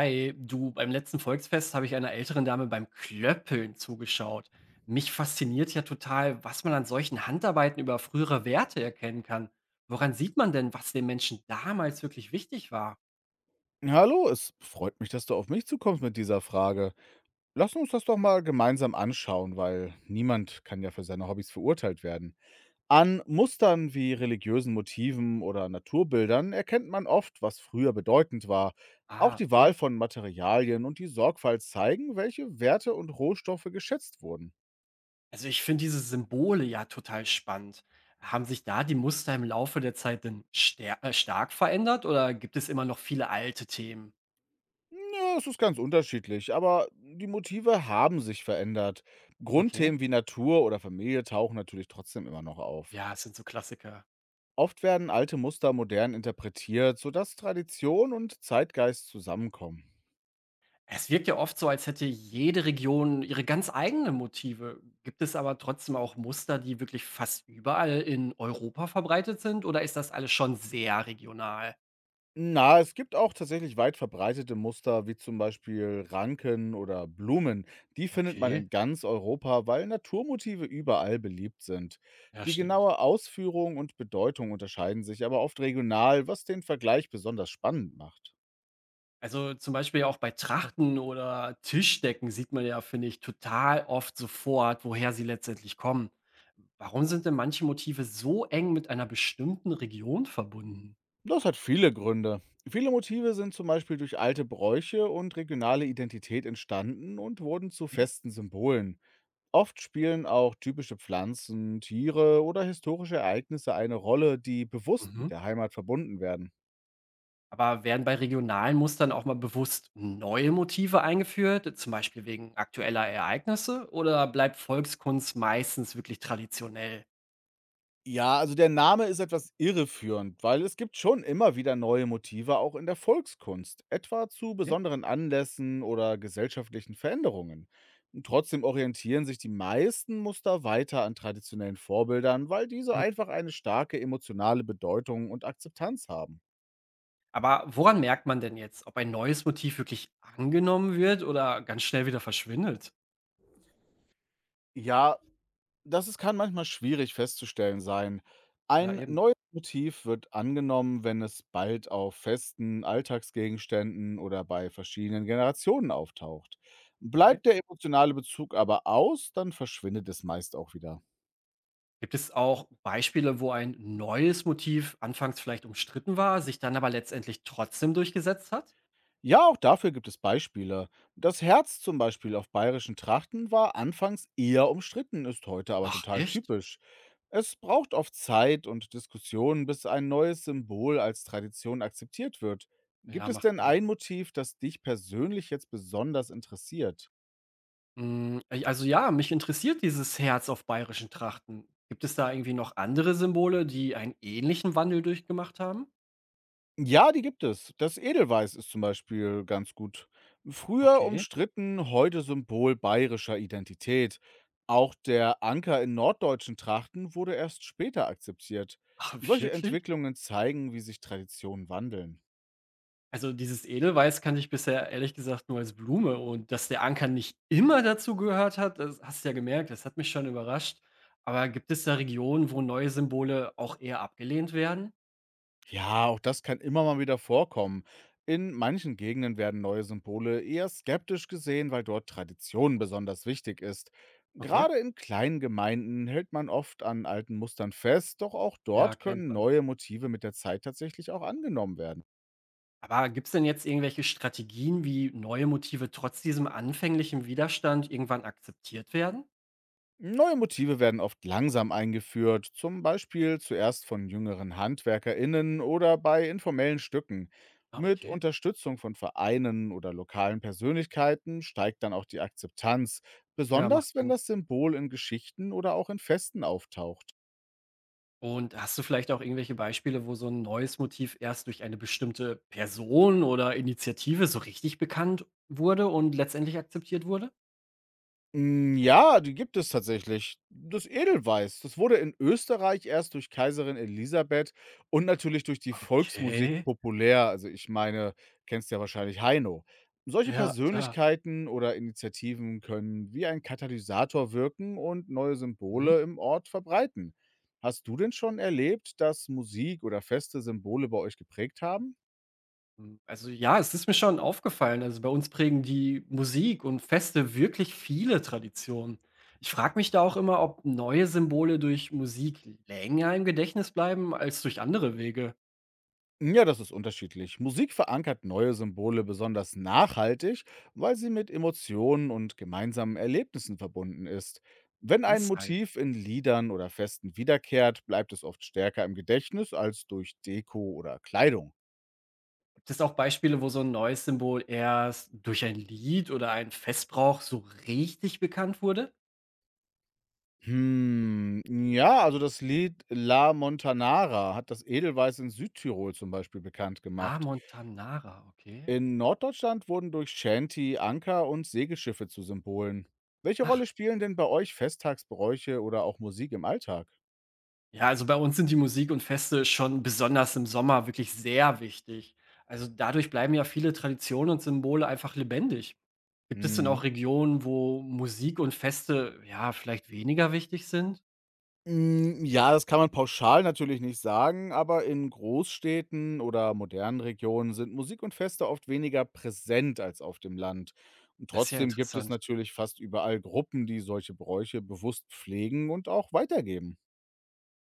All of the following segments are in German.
Hi, du, beim letzten Volksfest habe ich einer älteren Dame beim Klöppeln zugeschaut. Mich fasziniert ja total, was man an solchen Handarbeiten über frühere Werte erkennen kann. Woran sieht man denn, was den Menschen damals wirklich wichtig war? Hallo, es freut mich, dass du auf mich zukommst mit dieser Frage. Lass uns das doch mal gemeinsam anschauen, weil niemand kann ja für seine Hobbys verurteilt werden. An Mustern wie religiösen Motiven oder Naturbildern erkennt man oft, was früher bedeutend war. Auch Ah, die okay. Wahl von Materialien und die Sorgfalt zeigen, welche Werte und Rohstoffe geschätzt wurden. Also ich finde diese Symbole ja total spannend. Haben sich da die Muster im Laufe der Zeit denn stark verändert oder gibt es immer noch viele alte Themen? Ja, es ist ganz unterschiedlich, aber die Motive haben sich verändert. Okay. Grundthemen wie Natur oder Familie tauchen natürlich trotzdem immer noch auf. Ja, es sind so Klassiker. Oft werden alte Muster modern interpretiert, sodass Tradition und Zeitgeist zusammenkommen. Es wirkt ja oft so, als hätte jede Region ihre ganz eigenen Motive. Gibt es aber trotzdem auch Muster, die wirklich fast überall in Europa verbreitet sind oder ist das alles schon sehr regional? Na, es gibt auch tatsächlich weit verbreitete Muster, wie zum Beispiel Ranken oder Blumen. Die findet man Okay, in ganz Europa, weil Naturmotive überall beliebt sind. ja, Die stimmt. genaue Ausführung und Bedeutung unterscheiden sich aber oft regional, was den Vergleich besonders spannend macht. Also zum Beispiel auch bei Trachten oder Tischdecken sieht man ja, finde ich, total oft sofort, woher sie letztendlich kommen. Warum sind denn manche Motive so eng mit einer bestimmten Region verbunden? Das hat viele Gründe. Viele Motive sind zum Beispiel durch alte Bräuche und regionale Identität entstanden und wurden zu Okay. festen Symbolen. Oft spielen auch typische Pflanzen, Tiere oder historische Ereignisse eine Rolle, die bewusst mit Mhm. der Heimat verbunden werden. Aber werden bei regionalen Mustern auch mal bewusst neue Motive eingeführt, zum Beispiel wegen aktueller Ereignisse, oder bleibt Volkskunst meistens wirklich traditionell? Ja, also der Name ist etwas irreführend, weil es gibt schon immer wieder neue Motive auch in der Volkskunst, etwa zu Ja. besonderen Anlässen oder gesellschaftlichen Veränderungen. Und trotzdem orientieren sich die meisten Muster weiter an traditionellen Vorbildern, weil diese Hm. einfach eine starke emotionale Bedeutung und Akzeptanz haben. Aber woran merkt man denn jetzt, ob ein neues Motiv wirklich angenommen wird oder ganz schnell wieder verschwindet? Ja, Das ist kann manchmal schwierig festzustellen sein. Ja, Ein eben. neues Motiv wird angenommen, wenn es bald auf festen Alltagsgegenständen oder bei verschiedenen Generationen auftaucht. Ja. Bleibt der emotionale Bezug aber aus, dann verschwindet es meist auch wieder. Gibt es auch Beispiele, wo ein neues Motiv anfangs vielleicht umstritten war, sich dann aber letztendlich trotzdem durchgesetzt hat? Ja, auch dafür gibt es Beispiele. Das Herz zum Beispiel auf bayerischen Trachten war anfangs eher umstritten, ist heute aber Ach, total echt? typisch. Es braucht oft Zeit und Diskussionen, bis ein neues Symbol als Tradition akzeptiert wird. Gibt Ja, es macht denn Sinn. ein Motiv, das dich persönlich jetzt besonders interessiert? Ja, also, mich interessiert dieses Herz auf bayerischen Trachten. Gibt es da irgendwie noch andere Symbole, die einen ähnlichen Wandel durchgemacht haben? Ja, die gibt es. Das Edelweiß ist zum Beispiel ganz gut. Früher Okay. umstritten, heute Symbol bayerischer Identität. Auch der Anker in norddeutschen Trachten wurde erst später akzeptiert. Ah, Solche wirklich? Entwicklungen zeigen, wie sich Traditionen wandeln. Also dieses Edelweiß kannte ich bisher ehrlich gesagt nur als Blume und dass der Anker nicht immer dazu gehört hat, das hast du ja gemerkt, das hat mich schon überrascht. Aber gibt es da Regionen, wo neue Symbole auch eher abgelehnt werden? Ja, auch das kann immer mal wieder vorkommen. In manchen Gegenden werden neue Symbole eher skeptisch gesehen, weil dort Tradition besonders wichtig ist. Okay. Gerade in kleinen Gemeinden hält man oft an alten Mustern fest, doch auch Ja, dort kennt können man. neue Motive mit der Zeit tatsächlich auch angenommen werden. Aber gibt's denn jetzt irgendwelche Strategien, wie neue Motive trotz diesem anfänglichen Widerstand irgendwann akzeptiert werden? Neue Motive werden oft langsam eingeführt, zum Beispiel zuerst von jüngeren HandwerkerInnen oder bei informellen Stücken. Ah, Mit okay. Unterstützung von Vereinen oder lokalen Persönlichkeiten steigt dann auch die Akzeptanz, Ja, macht besonders wenn Sinn. das Symbol in Geschichten oder auch in Festen auftaucht. Und hast du vielleicht auch irgendwelche Beispiele, wo so ein neues Motiv erst durch eine bestimmte Person oder Initiative so richtig bekannt wurde und letztendlich akzeptiert wurde? Ja, die gibt es tatsächlich. Das Edelweiß, das wurde in Österreich erst durch Kaiserin Elisabeth und natürlich durch die Volksmusik Okay. populär. Also, ich meine, kennst ja wahrscheinlich Heino. Solche Ja, klar. Persönlichkeiten oder Initiativen können wie ein Katalysator wirken und neue Mhm. Symbole im Ort verbreiten. Hast du denn schon erlebt, dass Musik oder feste Symbole bei euch geprägt haben? Hm, also ja, es ist mir schon aufgefallen. Also, bei uns prägen die Musik und Feste wirklich viele Traditionen. Ich frage mich da auch immer, ob neue Symbole durch Musik länger im Gedächtnis bleiben als durch andere Wege. Ja, das ist unterschiedlich. Musik verankert neue Symbole besonders nachhaltig, weil sie mit Emotionen und gemeinsamen Erlebnissen verbunden ist. Wenn ein Deshalb Motiv in Liedern oder Festen wiederkehrt, bleibt es oft stärker im Gedächtnis als durch Deko oder Kleidung. gibt es auch Beispiele, wo so ein neues Symbol erst durch ein Lied oder einen Festbrauch so richtig bekannt wurde? Ja, also das Lied La Montanara hat das Edelweiß in Südtirol zum Beispiel bekannt Ah, gemacht. Montanara, okay. In Norddeutschland wurden durch Shanty Anker und Segelschiffe zu Symbolen. Welche Ach, Rolle spielen denn bei euch Festtagsbräuche oder auch Musik im Alltag? ja, also bei uns sind die Musik und Feste schon besonders im Sommer wirklich sehr wichtig. Also dadurch bleiben ja viele Traditionen und Symbole einfach lebendig. Gibt es denn auch Mhm. Regionen, wo Musik und Feste ja vielleicht weniger wichtig sind? Ja, das kann man pauschal natürlich nicht sagen, aber in Großstädten oder modernen Regionen sind Musik und Feste oft weniger präsent als auf dem Land. Und Das ist ja trotzdem gibt es interessant. natürlich fast überall Gruppen, die solche Bräuche bewusst pflegen und auch weitergeben.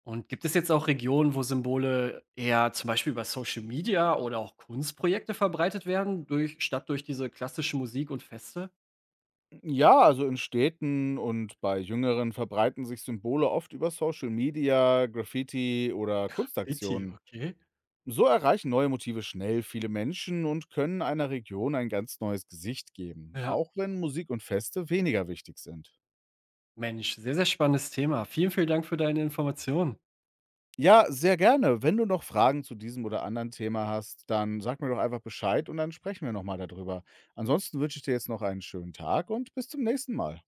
Und gibt es jetzt auch Regionen, wo Symbole eher zum Beispiel über Social Media oder auch Kunstprojekte verbreitet werden, durch, statt durch diese klassische Musik und Feste? Ja, also in Städten und bei Jüngeren verbreiten sich Symbole oft über Social Media, Graffiti oder Richtig, Kunstaktionen. okay. So erreichen neue Motive schnell viele Menschen und können einer Region ein ganz neues Gesicht geben, Ja, auch wenn Musik und Feste weniger wichtig sind. Mensch, sehr, sehr spannendes Thema. Vielen, vielen Dank für deine Informationen. Ja, sehr gerne. Wenn du noch Fragen zu diesem oder anderen Thema hast, dann sag mir doch einfach Bescheid und dann sprechen wir nochmal darüber. Ansonsten wünsche ich dir jetzt noch einen schönen Tag und bis zum nächsten Mal.